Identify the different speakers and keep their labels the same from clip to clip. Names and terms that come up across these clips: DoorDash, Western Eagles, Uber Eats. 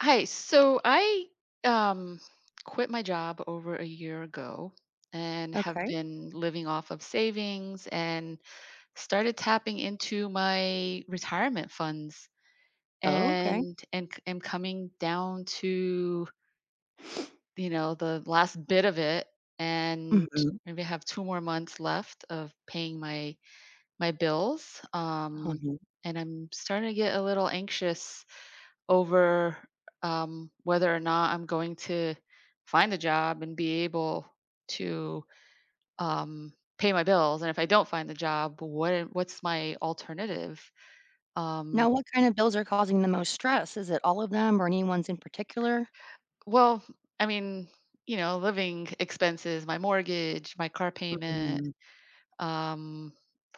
Speaker 1: Hi. So I um, quit my job over a year ago and have
Speaker 2: Okay.
Speaker 1: been living off of savings and started tapping into my retirement funds
Speaker 2: Oh, okay.
Speaker 1: and am coming down to you know the last bit of it, and
Speaker 2: Mhm.
Speaker 1: maybe I have two more months left of paying my bills,
Speaker 2: Mhm.
Speaker 1: and I'm starting to get a little anxious over, whether or not I'm going to find a job and be able to, pay my bills. And if I don't find the job, what's my alternative? Um,
Speaker 2: Now, what kind of bills are causing the most stress? Is it all of them or any ones in particular?
Speaker 1: well, I mean, you know, living expenses, my mortgage, my car payment.
Speaker 2: Mm.
Speaker 1: Um,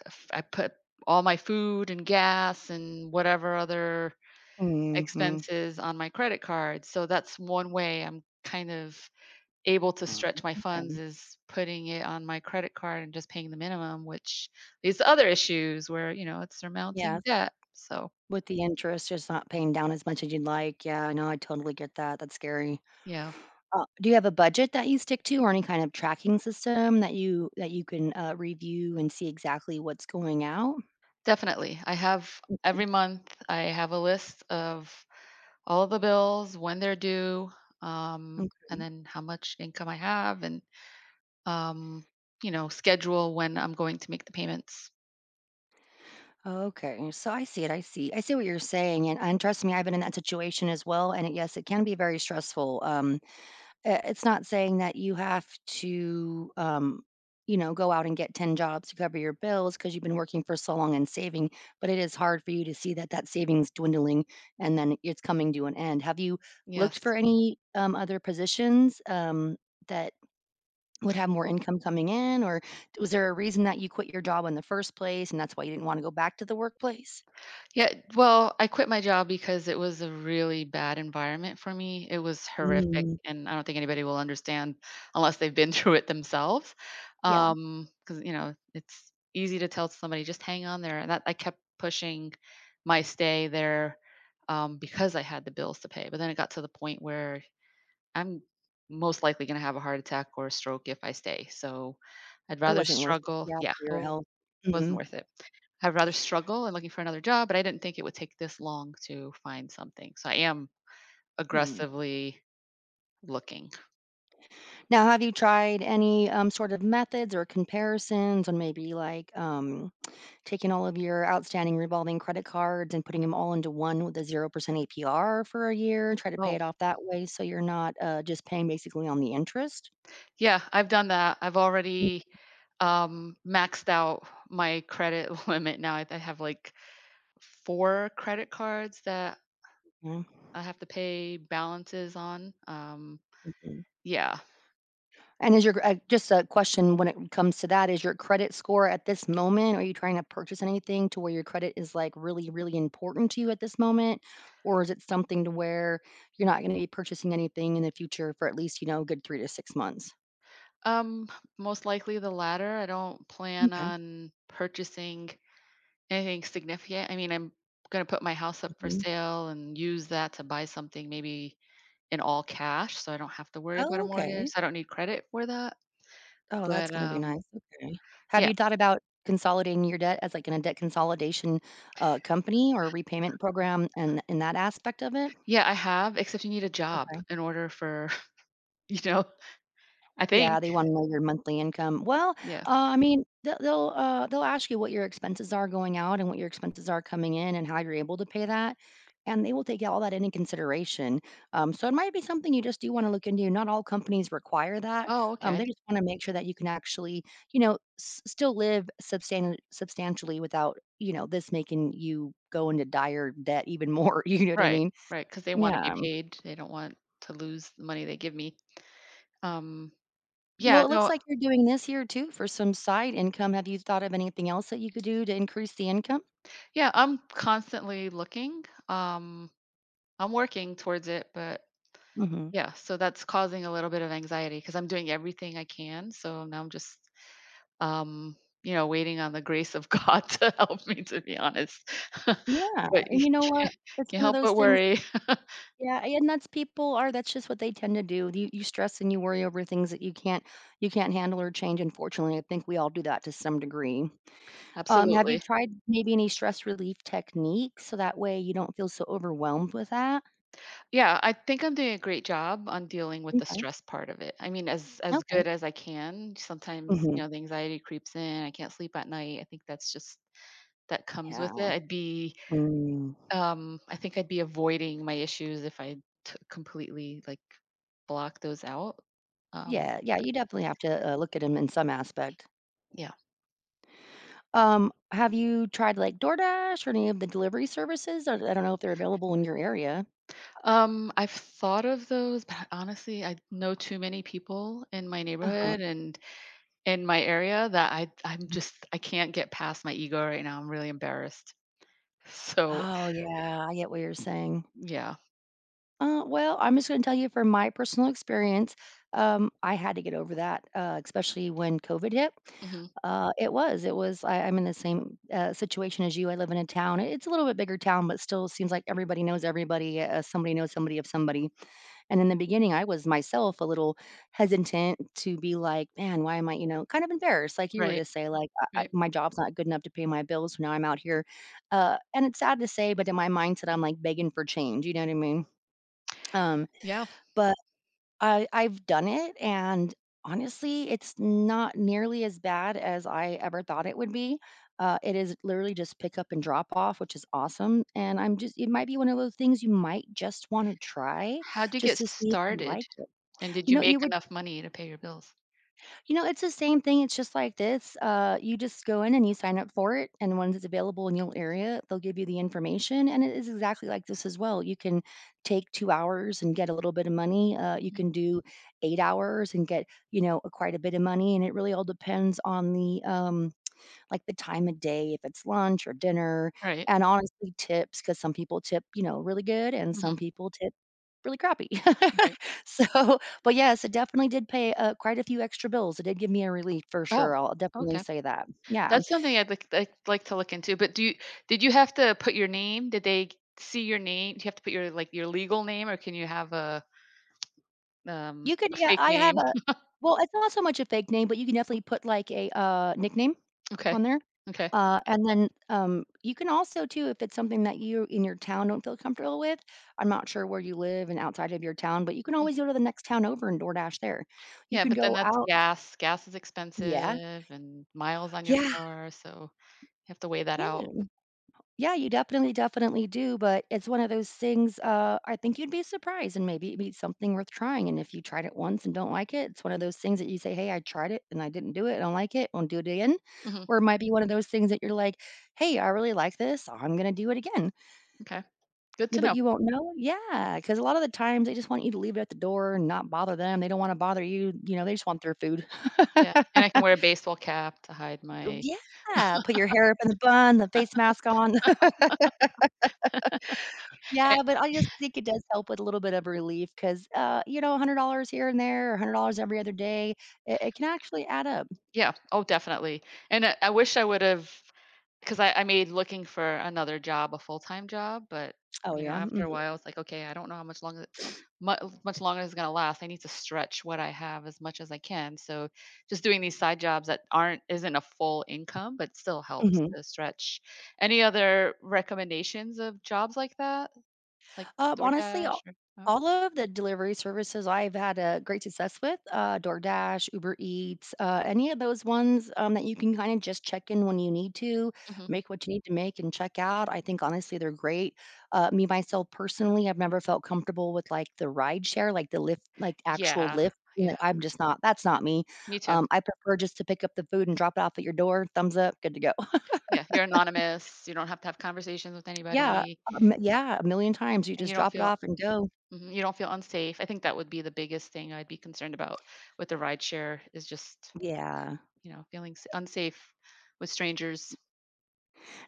Speaker 1: I put all my food and gas and whatever other
Speaker 2: Mhm.
Speaker 1: expenses on my credit card. So that's one way I'm kind of able to
Speaker 2: Oh,
Speaker 1: stretch my funds,
Speaker 2: okay.
Speaker 1: is putting it on my credit card and just paying the minimum, which leads to other issues where, you know, it's surmounting
Speaker 2: Yes.
Speaker 1: debt. So,
Speaker 2: With the interest just not paying down as much as you'd like. Yeah, I know. I totally get that. That's scary.
Speaker 1: yeah,
Speaker 2: Do you have a budget that you stick to or any kind of tracking system that you can, review and see exactly what's going out?
Speaker 1: definitely. I have every month, I have a list of all of the bills, when they're due,
Speaker 2: Okay.
Speaker 1: and then how much income I have, and, um, you know, schedule when I'm going to make the payments.
Speaker 2: Okay, so I see it. I see. I see what you're saying, and trust me, I've been in that situation as well. And it, yes, it can be very stressful. It's not saying that you have to, go out and get ten jobs to cover your bills because you've been working for so long and saving. But it is hard for you to see that savings dwindling, and then it's coming to an end. Have you
Speaker 1: Yes.
Speaker 2: looked for any other positions that would have more income coming in, or was there a reason that you quit your job in the first place, and that's why you didn't want to go back to the workplace?
Speaker 1: Yeah, well, I quit my job because it was a really bad environment for me. It was horrific,
Speaker 2: Mm.
Speaker 1: and I don't think anybody will understand unless they've been through it themselves.
Speaker 2: Yeah,
Speaker 1: Because you know, it's easy to tell somebody, "Just hang on there." And that I kept pushing my stay there, because I had the bills to pay. But then it got to the point where I'm most likely gonna have a heart attack or a stroke if I stay. So I'd
Speaker 2: it
Speaker 1: rather
Speaker 2: wasn't worth it,
Speaker 1: struggle.
Speaker 2: yeah,
Speaker 1: Yeah,
Speaker 2: for your
Speaker 1: it
Speaker 2: health.
Speaker 1: wasn't
Speaker 2: Mhm.
Speaker 1: worth it. I'd rather struggle and looking for another job, but I didn't think it would take this long to find something. So I am
Speaker 2: Mm.
Speaker 1: aggressively looking.
Speaker 2: Now have you tried any, sort of methods or comparisons on maybe, like, taking all of your outstanding revolving credit cards and putting them all into one with a 0% APR for a year, try to pay
Speaker 1: Oh,
Speaker 2: it off that way so you're not, just paying basically on the interest?
Speaker 1: yeah, I've done that. I've already maxed out my credit limit now. I have like four credit cards that
Speaker 2: Yeah.
Speaker 1: I have to pay balances on.
Speaker 2: Mhm.
Speaker 1: Yeah.
Speaker 2: And is your just a question when it comes to that, is your credit score at this moment, are you trying to purchase anything to where your credit is, like, really, really important to you at this moment? Or is it something to where you're not gonna be purchasing anything in the future for at least, you know, a good 3 to 6 months?
Speaker 1: Um most likely the latter. I don't plan
Speaker 2: Okay.
Speaker 1: on purchasing anything significant. I mean, I'm gonna put my house up for
Speaker 2: Mhm.
Speaker 1: sale and use that to buy something, maybe in all cash, so I don't have to worry about a
Speaker 2: Oh,
Speaker 1: mortgage,
Speaker 2: okay.
Speaker 1: so I don't need credit for that,
Speaker 2: Oh, that's
Speaker 1: but,
Speaker 2: gonna be nice, okay. Have
Speaker 1: yeah.
Speaker 2: you thought about consolidating your debt as, like, in a debt consolidation, company or repayment program and in that aspect of it?
Speaker 1: Yeah, I have, except you need a job
Speaker 2: Okay.
Speaker 1: in order for you know, I
Speaker 2: Yeah,
Speaker 1: think.
Speaker 2: they wanna know your monthly income. Well,
Speaker 1: Yeah.
Speaker 2: I mean, they'll ask you what your expenses are going out and what your expenses are coming in and how you're able to pay that, and they will take all that into consideration. So it might be something you just do wanna look into. Not all companies require that.
Speaker 1: Oh, okay.
Speaker 2: They just wanna make sure that you can actually, you know, s still live substantially without, you know, this making you go into dire debt even more, you know what I
Speaker 1: Right,
Speaker 2: mean?
Speaker 1: right, because they wanna be
Speaker 2: Yeah.
Speaker 1: paid, they don't want to lose the money they give me. Um, yeah,
Speaker 2: Well, it looks
Speaker 1: no,
Speaker 2: like you're doing this here too for some side income. Have you thought of anything else that you could do to increase the income?
Speaker 1: yeah, I'm constantly looking, I'm working towards it, but
Speaker 2: Mhm.
Speaker 1: yeah, so that's causing a little bit of anxiety because I'm doing everything I can. So now I'm just, um, you know, waiting on the grace of God to help me, to be honest.
Speaker 2: Yeah,
Speaker 1: But you
Speaker 2: and you know what? It's
Speaker 1: can't
Speaker 2: one of
Speaker 1: help but
Speaker 2: those things
Speaker 1: worry.
Speaker 2: yeah, and that's people are that's just what they tend to do. You stress and you worry over things that you can't handle or change. Unfortunately, I think we all do that to some degree. Have you
Speaker 1: Absolutely.
Speaker 2: tried maybe any stress relief techniques so that way you don't feel so overwhelmed with that?
Speaker 1: Yeah, I think I'm doing a great job on dealing with the
Speaker 2: Okay,
Speaker 1: stress part of it. I mean, as
Speaker 2: okay.
Speaker 1: good as I can. Sometimes, you
Speaker 2: Mhm.
Speaker 1: know, the anxiety creeps in. I can't sleep at night. I think that's just that comes with
Speaker 2: Yeah.
Speaker 1: it. I'd be
Speaker 2: Mm.
Speaker 1: I think I'd be avoiding my issues if I completely like block those out. Um,
Speaker 2: Yeah, yeah, you definitely have to, look at them in some aspect.
Speaker 1: yeah.
Speaker 2: Have you tried, like, DoorDash or any of the delivery services? I don't know if they're available in your area.
Speaker 1: I've thought of those, but honestly, I know too many people in my
Speaker 2: Uh-huh.
Speaker 1: neighborhood and in my area that I'm
Speaker 2: Mhm.
Speaker 1: just I can't get past my ego right now. I'm really embarrassed. So
Speaker 2: Oh, yeah, I get what you're saying.
Speaker 1: yeah.
Speaker 2: Well, I'm just gonna tell you from my personal experience, I had to get over that, especially when COVID hit.
Speaker 1: Hmm.
Speaker 2: It was I'm in the same, situation as you, I live in a town it's a little bit bigger town, but still seems like everybody knows everybody, somebody knows somebody of somebody. And in the beginning, I was myself a little hesitant to be like, "Man, why am I," you know, kind of embarrassed, like you were
Speaker 1: Right.
Speaker 2: to say, like, I
Speaker 1: Right.
Speaker 2: "My job's not good enough to pay my bills, so now I'm out here." And it's sad to say, but in my mindset, I'm, like, begging for change, you know what I mean? Um,
Speaker 1: Yeah.
Speaker 2: but I've done it, and honestly, it's not nearly as bad as I ever thought it would be. It is literally just pick up and drop off, which is awesome, and I'm just it might be one of those things you might just wanna try
Speaker 1: How'd you
Speaker 2: just
Speaker 1: get
Speaker 2: to see if you
Speaker 1: started?
Speaker 2: like
Speaker 1: And did
Speaker 2: you
Speaker 1: you
Speaker 2: know,
Speaker 1: make
Speaker 2: you would
Speaker 1: enough money to pay your bills?
Speaker 2: you know, it's the same thing, it's just like this, you just go in and you sign up for it, and once it's available in your area, they'll give you the information, and it is exactly like this as well, you can take 2 hours and get a little bit of money, you
Speaker 1: Mhm.
Speaker 2: can do 8 hours and get, you know, a quite a bit of money, and it really all depends on the, like the time of day, if it's lunch or dinner,
Speaker 1: Right.
Speaker 2: and honestly, tips because some people tip, you know, really good and some
Speaker 1: Hmm.
Speaker 2: people tip really crappy.
Speaker 1: Right.
Speaker 2: So, but yes, it definitely did pay, quite a few extra bills. It did give me a relief for
Speaker 1: Oh.
Speaker 2: sure. I'll definitely
Speaker 1: Okay.
Speaker 2: say that. Yeah.
Speaker 1: That's something I'd like to look into, but do you did you have to put your name? Did they see your name? Do you have to put your, like, your legal name, or can you have
Speaker 2: You could
Speaker 1: a
Speaker 2: yeah,
Speaker 1: fake
Speaker 2: I
Speaker 1: name?
Speaker 2: have a well, it's not so much a fake name, but you can definitely put, like, a nickname
Speaker 1: Okay.
Speaker 2: on there,
Speaker 1: Okay.
Speaker 2: and then, you can also too, if it's something that you in your town don't feel comfortable with, I'm not sure where you live and outside of your town, but you can
Speaker 1: Mhm.
Speaker 2: always go to the next town over and DoorDash there. You
Speaker 1: Yeah,
Speaker 2: can
Speaker 1: but then
Speaker 2: go
Speaker 1: that's
Speaker 2: out
Speaker 1: gas. Gas is
Speaker 2: Yeah.
Speaker 1: expensive and miles on your
Speaker 2: Yeah.
Speaker 1: car, so you have to weigh that
Speaker 2: Yeah.
Speaker 1: out.
Speaker 2: Yeah, you definitely, definitely do, but it's one of those things, I think you'd be surprised and maybe it'd be something worth trying, and if you tried it once and don't like it, it's one of those things that you say, "Hey, I tried it and I didn't do it, I don't like it, won't do it again."
Speaker 1: Mhm,
Speaker 2: Or it might be one of those things that you're like, "Hey, I really like this, I'm gonna do it again."
Speaker 1: okay. Good
Speaker 2: Yeah,
Speaker 1: to
Speaker 2: but
Speaker 1: know.
Speaker 2: you won't know yeah, because a lot of the times they just want you to leave it at the door and not bother them, they don't wanna bother you, you know, they just want their food.
Speaker 1: Yeah, and I can wear a baseball cap to hide my
Speaker 2: yeah, put your hair up in a bun, the face mask on. Yeah, but I just think it does help with a little bit of relief 'cause, you know, $100 here and there, a $100 every other day, it can actually add up.
Speaker 1: yeah. Oh, definitely. And I wish I would have, because I made looking for another job a full time job, but
Speaker 2: Oh,
Speaker 1: you know,
Speaker 2: yeah,
Speaker 1: after
Speaker 2: mhm,
Speaker 1: a while, it's like, okay, I don't know how much longer, much longer it's gonna last. I need to stretch what I have as much as I can. So, just doing these side jobs that aren't isn't a full income, but still helps
Speaker 2: mhm.
Speaker 1: to stretch. Any other recommendations of jobs like that, like
Speaker 2: Honestly,
Speaker 1: DoorDash? Or, oh,
Speaker 2: all of the delivery services I've had a great success with, DoorDash, Uber Eats, any of those ones that you can kind of just check in when you need to,
Speaker 1: hmm.
Speaker 2: make what you need to make and check out. I think honestly they're great. Me myself personally, I've never felt comfortable with like the ride share, like the lift, like actual
Speaker 1: Yeah.
Speaker 2: lift.
Speaker 1: Yeah.
Speaker 2: I'm just not. That's not me.
Speaker 1: Me too.
Speaker 2: I prefer just to pick up the food and drop it off at your door. Thumbs up, good to go.
Speaker 1: Yeah. You're anonymous. You don't have to have conversations with
Speaker 2: Yeah,
Speaker 1: anybody.
Speaker 2: yeah, a million times. You
Speaker 1: And you
Speaker 2: just
Speaker 1: don't
Speaker 2: drop it
Speaker 1: feel
Speaker 2: off and go.
Speaker 1: mhm, you don't feel unsafe. I think that would be the biggest thing I'd be concerned about with the rideshare is just,
Speaker 2: Yeah.
Speaker 1: you know, feeling unsafe with strangers.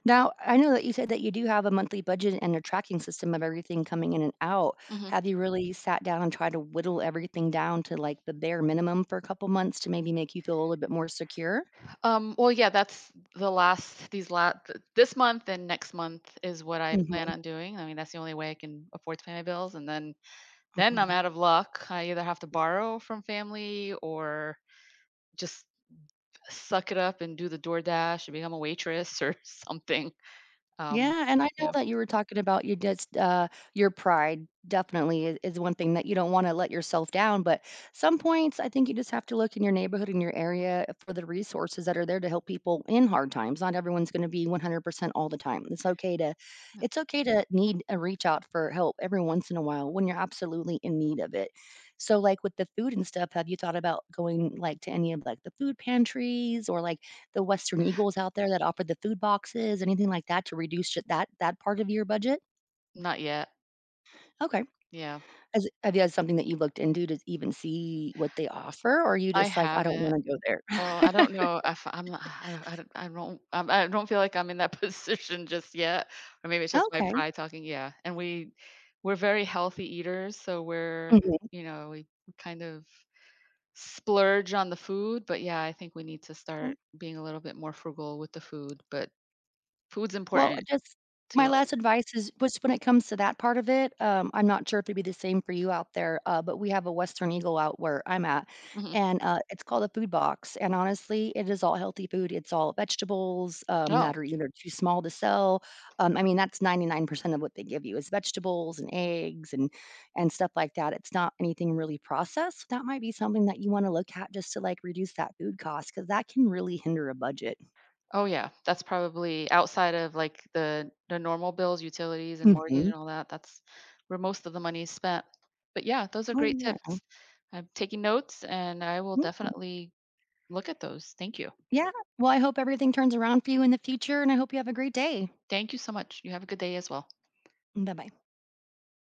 Speaker 2: Now, I know that you said that you do have a monthly budget and a tracking system of everything coming in and out.
Speaker 1: Mhm.
Speaker 2: Have you really sat down and tried to whittle everything down to like the bare minimum for a couple months to maybe make you feel a little bit more secure?
Speaker 1: Well, yeah, that's the last, these last this month and next month is what I plan
Speaker 2: Mhm.
Speaker 1: on doing. I mean, that's the only way I can afford to pay my bills, and then I'm
Speaker 2: Mhm.
Speaker 1: out of luck. I either have to borrow from family or just suck it up and do the DoorDash and become a waitress or something. Um,
Speaker 2: Yeah, and I know
Speaker 1: yeah,
Speaker 2: that you were talking about your just, your pride definitely is one thing that you don't wanna let yourself down, but some points, I think you just have to look in your neighborhood, in your area for the resources that are there to help people in hard times. Not everyone's gonna be 100% all the time.
Speaker 1: yeah,
Speaker 2: It's okay to need a reach out for help every once in a while when you're absolutely in need of it. So, like, with the food and stuff, have you thought about going, like, to any of, like, the food pantries or, like, the Western Eagles out there that offered the food boxes, anything like that to reduce ju that part of your budget?
Speaker 1: not yet.
Speaker 2: Okay.
Speaker 1: Yeah.
Speaker 2: Has have you had something that you looked into to even see what they offer, or are you
Speaker 1: I
Speaker 2: just like, "I don't
Speaker 1: haven't.
Speaker 2: wanna go there?"
Speaker 1: Oh, I don't know if I'm I don't I don't I don't I'm I don't feel like I'm in that position just yet, or maybe it's just my
Speaker 2: Okay.
Speaker 1: pride talking, yeah, and we're very healthy eaters, so we're
Speaker 2: Mhm.
Speaker 1: you know, we kind of splurge on the food, but yeah, I think we need to start being a little bit more frugal with the food, but food's
Speaker 2: Well,
Speaker 1: important
Speaker 2: just
Speaker 1: to
Speaker 2: my last
Speaker 1: it.
Speaker 2: advice is just when it comes to that part of it, I'm not sure if it'd be the same for you out there, but we have a Western Eagle out where I'm at,
Speaker 1: Mhm.
Speaker 2: and, it's called a food box, and honestly, it is all healthy food, it's all vegetables,
Speaker 1: Oh.
Speaker 2: that are either too small to sell, I mean, that's 99% of what they give you is vegetables and eggs and stuff like that, it's not anything really processed, so that might be something that you wanna look at just to, like, reduce that food cost because that can really hinder a budget.
Speaker 1: Oh yeah, that's probably outside of like the normal bills, utilities and mortgage
Speaker 2: Mhm.
Speaker 1: and all that. That's where most of the money is spent. But yeah, those are
Speaker 2: Oh,
Speaker 1: great
Speaker 2: yeah.
Speaker 1: tips. I'm taking notes and I will definitely look at those. Thank you.
Speaker 2: Yeah. Well, I hope everything turns around for you in the future and I hope you have a great day.
Speaker 1: Thank you so much. You have a good day as well.
Speaker 2: Bye bye.